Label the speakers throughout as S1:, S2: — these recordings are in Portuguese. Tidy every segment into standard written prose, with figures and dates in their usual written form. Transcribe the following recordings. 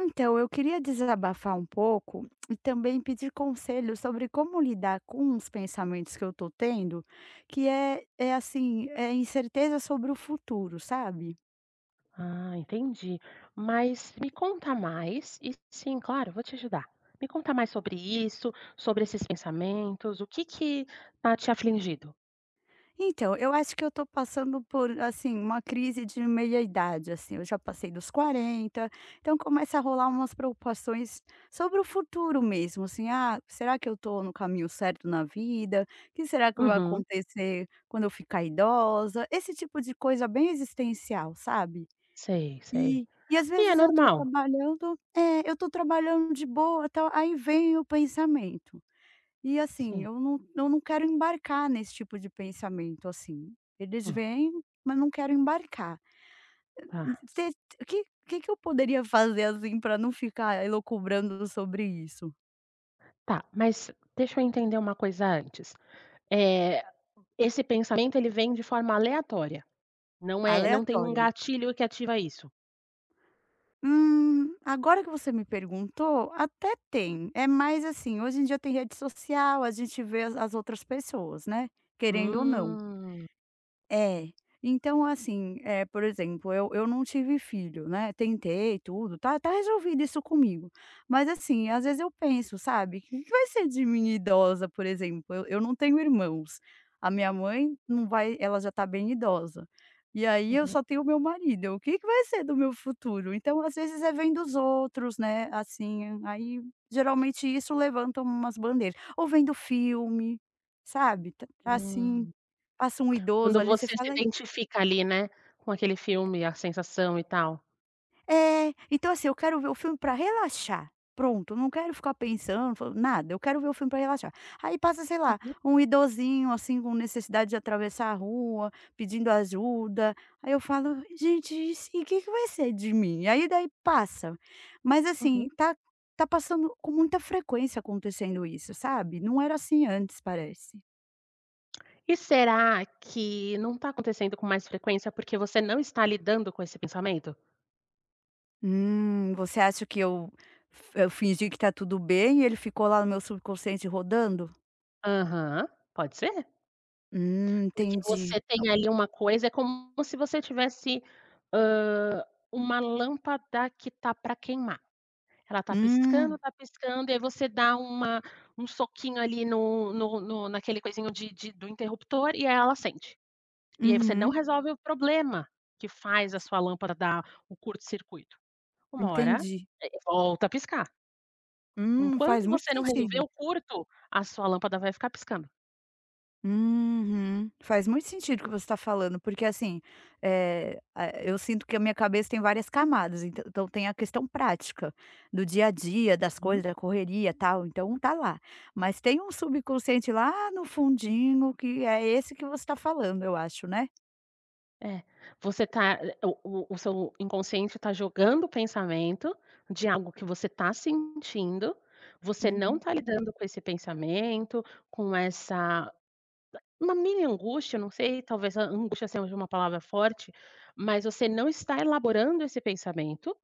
S1: Então, eu queria desabafar um pouco e também pedir conselho sobre como lidar com os pensamentos que eu tô tendo, que é incerteza sobre o futuro, sabe?
S2: Ah, entendi. Mas me conta mais, e sim, claro, vou te ajudar. Me conta mais sobre isso, sobre esses pensamentos, o que tá te afligindo?
S1: Então, eu acho que eu tô passando por, assim, uma crise de meia-idade, assim, eu já passei dos 40, então começa a rolar umas preocupações sobre o futuro mesmo, assim, ah, será que eu tô no caminho certo na vida? O que será que vai
S2: Uhum,
S1: acontecer quando eu ficar idosa? Esse tipo de coisa bem existencial, sabe?
S2: sei, sei.
S1: E às
S2: E é
S1: vezes eu tô
S2: normal.
S1: trabalhando, eu tô trabalhando de boa, tal, aí vem o pensamento. E assim,
S2: Sim,
S1: eu não quero embarcar nesse tipo de pensamento, assim. Eles
S2: hum,
S1: vêm, mas não quero embarcar.
S2: tá.
S1: Você Que eu poderia fazer, assim, para não ficar elucubrando sobre isso?
S2: Tá, mas deixa eu entender uma coisa antes. Eh, esse pensamento ele vem de forma aleatória, não tem um
S1: Aleatória.
S2: gatilho que ativa isso?
S1: Agora que você me perguntou, até tem. É mais assim, hoje em dia tem rede social, a gente vê as outras pessoas, né, querendo ou não.
S2: Hum,
S1: É. Então, assim, por exemplo, eu não tive filho, né, tentei tudo, tá resolvido isso comigo. Mas, assim, às vezes eu penso, sabe, o que que vai ser de mim idosa, por exemplo? Eu não tenho irmãos. A minha mãe não vai ela já tá bem idosa. E aí eu
S2: uhum,
S1: só tenho meu marido, o que que vai ser do meu futuro? Então, às vezes é vendo os outros, né, assim, aí geralmente isso levanta umas bandeiras. Ou vendo filme, sabe, tá assim,
S2: hum.
S1: passa um idoso
S2: Quando
S1: ali, você
S2: você se
S1: fala:
S2: identifica ali, né, com aquele filme, a sensação e tal.
S1: "É, então assim, eu quero ver o filme pra relaxar, pronto, não quero ficar pensando, fa nada, eu quero ver o filme pra relaxar". Aí passa, sei lá,
S2: Uhum,
S1: um idosinho, assim, com necessidade de atravessar a rua, pedindo ajuda, aí eu falo: "Gente, e se e o que que vai ser de mim?". Aí daí passa, mas assim,
S2: uhum.
S1: tá passando com muita frequência acontecendo isso, sabe, não era assim antes, parece.
S2: E será que não tá acontecendo com mais frequência porque você não está lidando com esse pensamento?
S1: Você acha que eu f eu fingi que tá tudo bem e ele ficou lá no meu subconsciente rodando?
S2: Aham, pode ser. Porque
S1: Entendi.
S2: você tem ali uma coisa, é como se você tivesse, hã, uma lâmpada que tá pra queimar. Ela
S1: Hum,
S2: tá piscando, e aí você dá uma um soquinho ali no naquele coisinho de do interruptor e aí ela acende. E aí você não
S1: uhum,
S2: resolve o problema que faz a sua lâmpada dar o curto-circuito. Uma hora,
S1: entendi.
S2: volta a piscar.
S1: Faz
S2: Enquanto
S1: muito
S2: você não resolver
S1: sentido.
S2: o curto, a sua lâmpada vai ficar piscando.
S1: Uhum, faz muito sentido o que você está falando, porque assim, eh, a eu sinto que a minha cabeça tem várias camadas, então tem a questão prática, do dia a dia, das coisas,
S2: Uhum.
S1: da correria, tal, então tá lá. Mas tem um subconsciente lá no fundinho que é esse que você está falando, eu acho, né?
S2: É, você tá o seu inconsciente está jogando o pensamento de algo que você está sentindo, você não
S1: Uhum,
S2: está lidando com esse pensamento, com essa uma mini angústia, não sei, talvez a angústia seja uma palavra forte, mas você não está elaborando esse pensamento.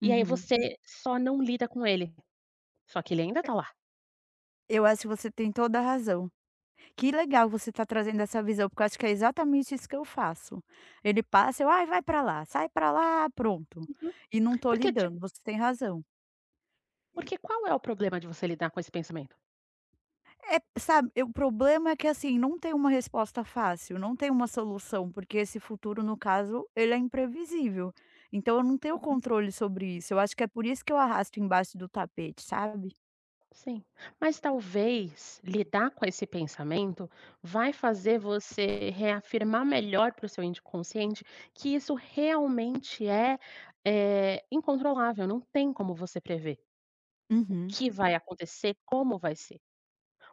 S2: E aí
S1: uhum.
S2: você só não lida com ele, só que ele ainda tá lá.
S1: Eu acho que você tem toda a razão. Que legal você tá trazendo essa visão, porque eu acho que é exatamente isso que eu faço. Ele passa, eu: "Ai, vai pra lá, sai pra lá", pronto. E não tô
S2: Porque tipo
S1: lidando, você tem razão. E
S2: porque qual é o problema de você lidar com esse pensamento?
S1: sabe, o problema é que, assim, não tem uma resposta fácil, não tem uma solução, porque esse futuro, no caso, ele é imprevisível. Então eu não tenho
S2: Uhum.
S1: controle sobre isso, eu acho que é por isso que eu arrasto embaixo do tapete, sabe?
S2: Sim, mas talvez lidar com esse pensamento vai fazer você reafirmar melhor para o seu inconsciente que isso realmente é, incontrolável, não tem como você prever o
S1: Uhum,
S2: que vai acontecer, como vai ser.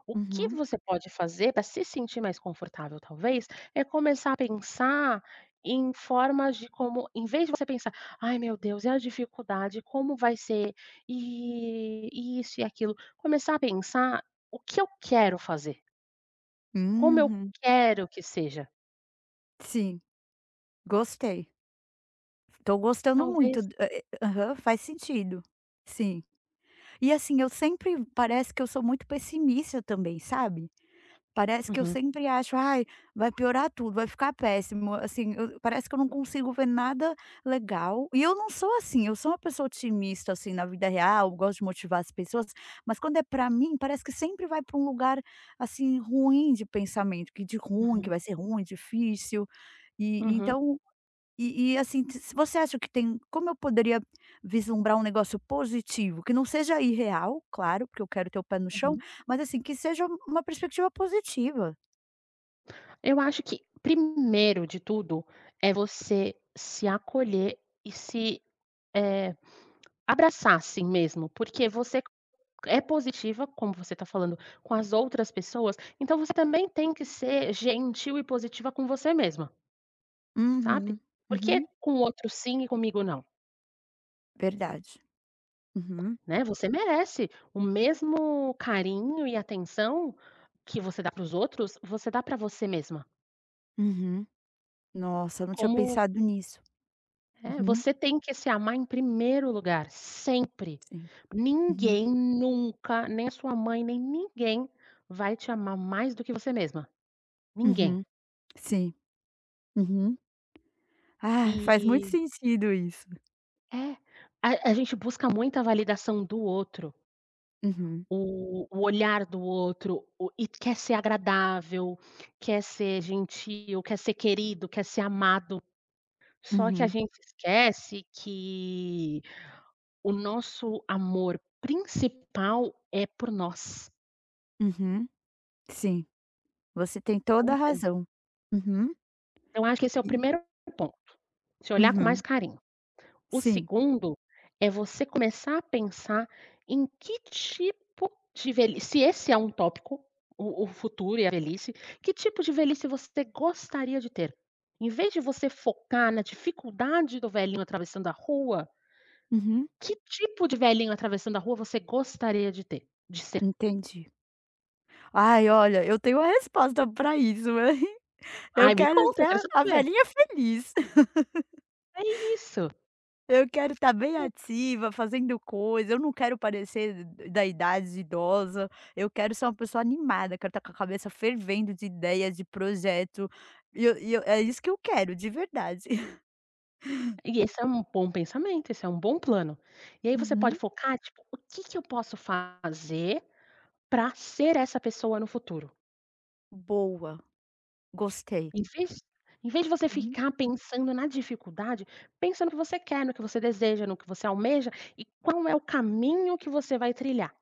S2: O que
S1: uhum,
S2: você pode fazer para se sentir mais confortável, talvez, é começar a pensar em formas de como, em vez de você pensar, ai meu Deus, é a dificuldade, como vai ser, e isso e aquilo, começar a pensar o que eu quero fazer, como eu
S1: uhum.
S2: quero que seja.
S1: Sim, gostei. Tô gostando muito
S2: Talvez
S1: aham, faz sentido. Sim. E assim, eu sempre parece que eu sou muito pessimista também, sabe. Parece que eu
S2: uhum,
S1: sempre acho: "Ai, vai piorar tudo, vai ficar péssimo", assim, eu parece que eu não consigo ver nada legal. E eu não sou assim, eu sou uma pessoa otimista, assim, na vida real, eu gosto de motivar as pessoas, mas quando é pra mim, parece que sempre vai pra um lugar, assim, ruim de pensamento, que de ruim, que
S2: uhum,
S1: vai ser ruim, difícil. E
S2: uhum,
S1: assim, se você acha que tem como eu poderia vislumbrar um negócio positivo, que não seja irreal, claro, porque eu quero ter o pé no chão,
S2: uhum.
S1: mas assim, que seja uma perspectiva positiva.
S2: Eu acho que primeiro de tudo é você se acolher e se, eh, abraçar assim mesmo, porque você é positiva, como você está falando, com as outras pessoas, então você também tem que ser gentil e positiva com você mesma, sabe.
S1: Uhum,
S2: Por que
S1: uhum,
S2: com o outro sim e comigo não,
S1: verdade. Uhum,
S2: né, você merece o mesmo carinho e atenção que você dá para os outros, você dá para você mesma.
S1: uhum. Nossa, eu não tinha
S2: Como
S1: pensado nisso.
S2: é,
S1: Uhum,
S2: você tem que se amar em primeiro lugar, sempre.
S1: sim. Uhum,
S2: Ninguém nunca, nem a sua mãe, nem ninguém vai te amar mais do que você mesma, ninguém.
S1: uhum, sim. Uhum. Ah, faz muito
S2: E
S1: sentido isso.
S2: é, a gente busca muita validação do outro,
S1: Uhum,
S2: o olhar do outro, o e quer ser agradável, quer ser gentil, quer ser querido, quer ser amado. Só que a
S1: uhum,
S2: gente esquece que o nosso amor principal é por nós,
S1: uhum. Sim, você tem toda
S2: não
S1: a
S2: tem.
S1: razão. Uhum,
S2: Então acho que esse é o
S1: e
S2: primeiro ponto, se olhar com
S1: uhum,
S2: mais carinho. O
S1: sim.
S2: segundo é você começar a pensar em que tipo de velhi se esse é um tópico, o futuro e a velhice, que tipo de velhice você gostaria de ter? Em vez de você focar na dificuldade do velhinho atravessando a rua,
S1: Uhum.
S2: que tipo de velhinho atravessando a rua você gostaria de ser?
S1: Entendi. Ai, olha, eu tenho uma resposta pra isso, hein. Eu
S2: Ai, me
S1: quero
S2: conta,
S1: ser
S2: eu quero
S1: a
S2: saber.
S1: velhinha feliz.
S2: Isso.
S1: Eu quero estar bem ativa, fazendo coisa, eu não quero parecer da idade idosa, eu quero ser uma pessoa animada, quero estar com a cabeça fervendo de ideias, de projeto, e eu é isso que eu quero, de verdade.
S2: E esse é um bom pensamento, esse é um bom plano. E aí você pode
S1: Uhum.
S2: focar, tipo: "O que que eu posso fazer para ser essa pessoa no futuro".
S1: Boa, gostei.
S2: Em vez em vez de você
S1: Uhum.
S2: ficar pensando na dificuldade, pensa no que você quer, no que você deseja, no que você almeja e qual é o caminho que você vai trilhar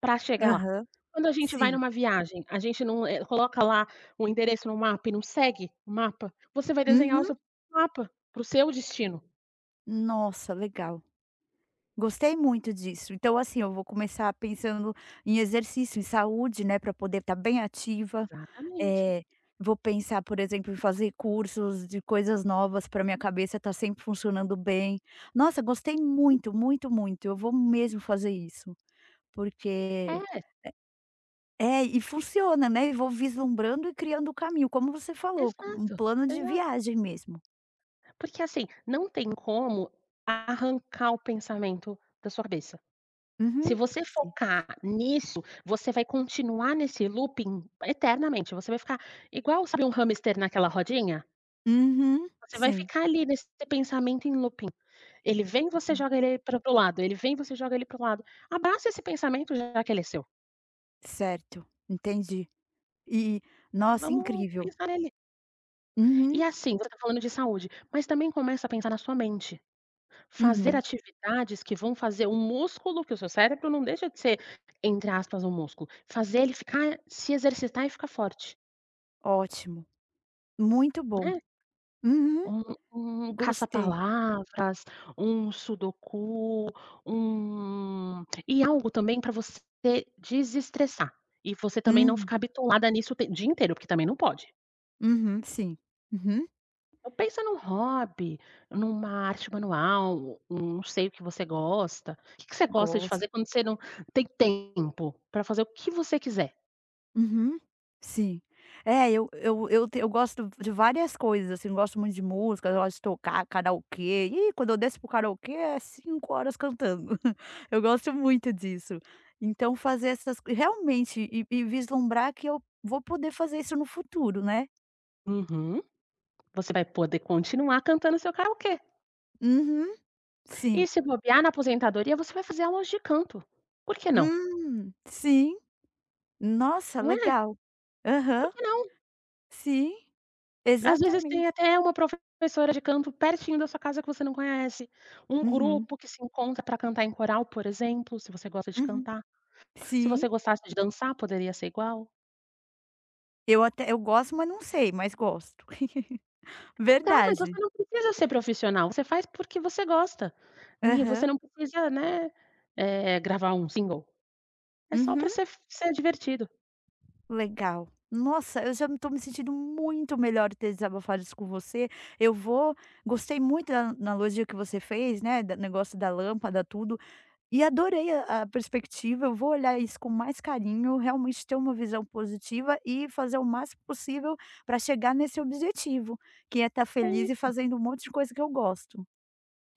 S2: para chegar lá.
S1: Aham.
S2: Quando a gente vai
S1: Sim.
S2: numa viagem, a gente não, coloca lá o endereço no mapa e não segue o mapa, você vai desenhar o
S1: Uhum.
S2: seu mapa para o seu destino.
S1: Nossa, legal. Gostei muito disso. Então, assim, eu vou começar pensando em exercício, em saúde, né, para poder estar bem ativa.
S2: Exatamente.
S1: Eh, vou pensar, por exemplo, em fazer cursos de coisas novas para minha cabeça estar sempre funcionando bem. Nossa, gostei
S2: Uhum.
S1: muito, muito, muito. Eu vou mesmo fazer isso, porque
S2: É,
S1: é, e funciona, né? E vou vislumbrando e criando o caminho, como você falou, um
S2: exato,
S1: plano de
S2: exato.
S1: viagem mesmo.
S2: Porque, assim, não tem como arrancar o pensamento da sua cabeça. Se
S1: Uhum.
S2: você
S1: Sim.
S2: focar nisso, você vai continuar nesse looping eternamente, você vai ficar igual, sabe, um hamster naquela rodinha?
S1: Uhum.
S2: Você vai
S1: Sim.
S2: ficar ali nesse pensamento em looping. Ele vem, você joga ele para o lado, ele vem, você joga ele para o lado. Abraça esse pensamento, já que ele é seu,
S1: Certo. Entendi. E
S2: e
S1: nossa,
S2: vamos
S1: incrível.
S2: pensar nele.
S1: Uhum,
S2: E é assim, você está falando de saúde, mas também começa a pensar na sua mente. Fazer
S1: uhum.
S2: atividades que vão fazer o músculo, que o seu cérebro não deixa de ser, entre aspas, um músculo, fazer ele ficar se exercitar e ficar forte,
S1: Ótimo, muito bom.
S2: né.
S1: Uhum,
S2: Um um
S1: gostei.
S2: caça-palavras, um sudoku, e algo também para você desestressar, e você também não
S1: Hum,
S2: ficar bitolada nisso o te dia inteiro, porque também não pode.
S1: uhum, sim. Uhum,
S2: Então pensa num hobby, numa arte manual, um não sei o que você gosta. Que você gosta de
S1: gosto.
S2: fazer quando você não tem tempo para fazer o que você quiser?
S1: Uhum, sim. É, eu gosto de várias coisas, assim, eu gosto muito de música, eu gosto de tocar karaokê. E quando eu desço pro o karaokê é 5 horas cantando. Eu gosto muito disso. Então fazer essas co realmente, e vislumbrar que eu vou poder fazer isso no futuro, né.
S2: Uhum. Você vai poder continuar cantando seu karaokê.
S1: Uhum,
S2: E
S1: sim.
S2: se bobear na aposentadoria, você vai fazer aulas de canto. Por que não?
S1: Sim. Nossa,
S2: Não é?
S1: legal.
S2: Por
S1: Aham,
S2: que não?
S1: sim,
S2: Às vezes tem
S1: exatamente.
S2: até uma professora de canto pertinho da sua casa que você não conhece, um
S1: Uhum,
S2: grupo que se encontra para cantar em coral, por exemplo, se você gosta de
S1: uhum.
S2: cantar, se
S1: Sim,
S2: você gostasse de dançar, poderia ser igual.
S1: eu até eu gosto, mas não sei, mas gosto.
S2: Então, mas
S1: Verdade.
S2: você não precisa ser profissional, você faz porque você gosta, e você
S1: Aham,
S2: não precisa, né, gravar um single, é só
S1: uhum,
S2: para ser divertido,
S1: legal. Nossa, eu já estou me sentindo muito melhor ter desabafado isso com você. Eu vou gostei muito da analogia que você fez, né, do negócio da lâmpada, tudo. E adorei a perspectiva, eu vou olhar isso com mais carinho, realmente ter uma visão positiva e fazer o máximo possível para chegar nesse objetivo, que é estar
S2: é
S1: feliz e
S2: isso.
S1: fazendo um monte de coisa que eu gosto.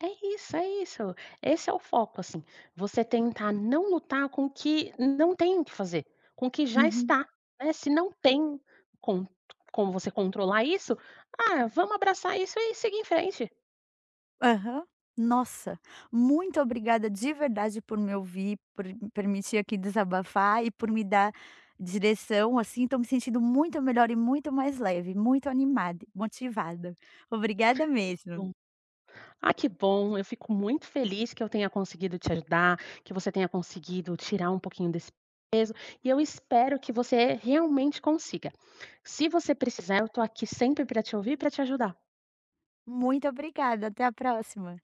S2: É isso, é isso. Esse é o foco, assim, você tentar não lutar com o que não tem o que fazer, com o que já
S1: Uhum.
S2: está, né, se não tem com como você controlar isso, ah, vamos abraçar isso e seguir em frente.
S1: Aham. Nossa, muito obrigada de verdade por me ouvir, por me permitir aqui desabafar e por me dar direção, assim, estou me sentindo muito melhor e muito mais leve, muito animada, motivada. Obrigada mesmo.
S2: Bom, ah, que bom, eu fico muito feliz que eu tenha conseguido te ajudar, que você tenha conseguido tirar um pouquinho desse peso, e eu espero que você realmente consiga. Se você precisar, eu tô aqui sempre para te ouvir e pra te ajudar.
S1: Muito obrigada, até a próxima.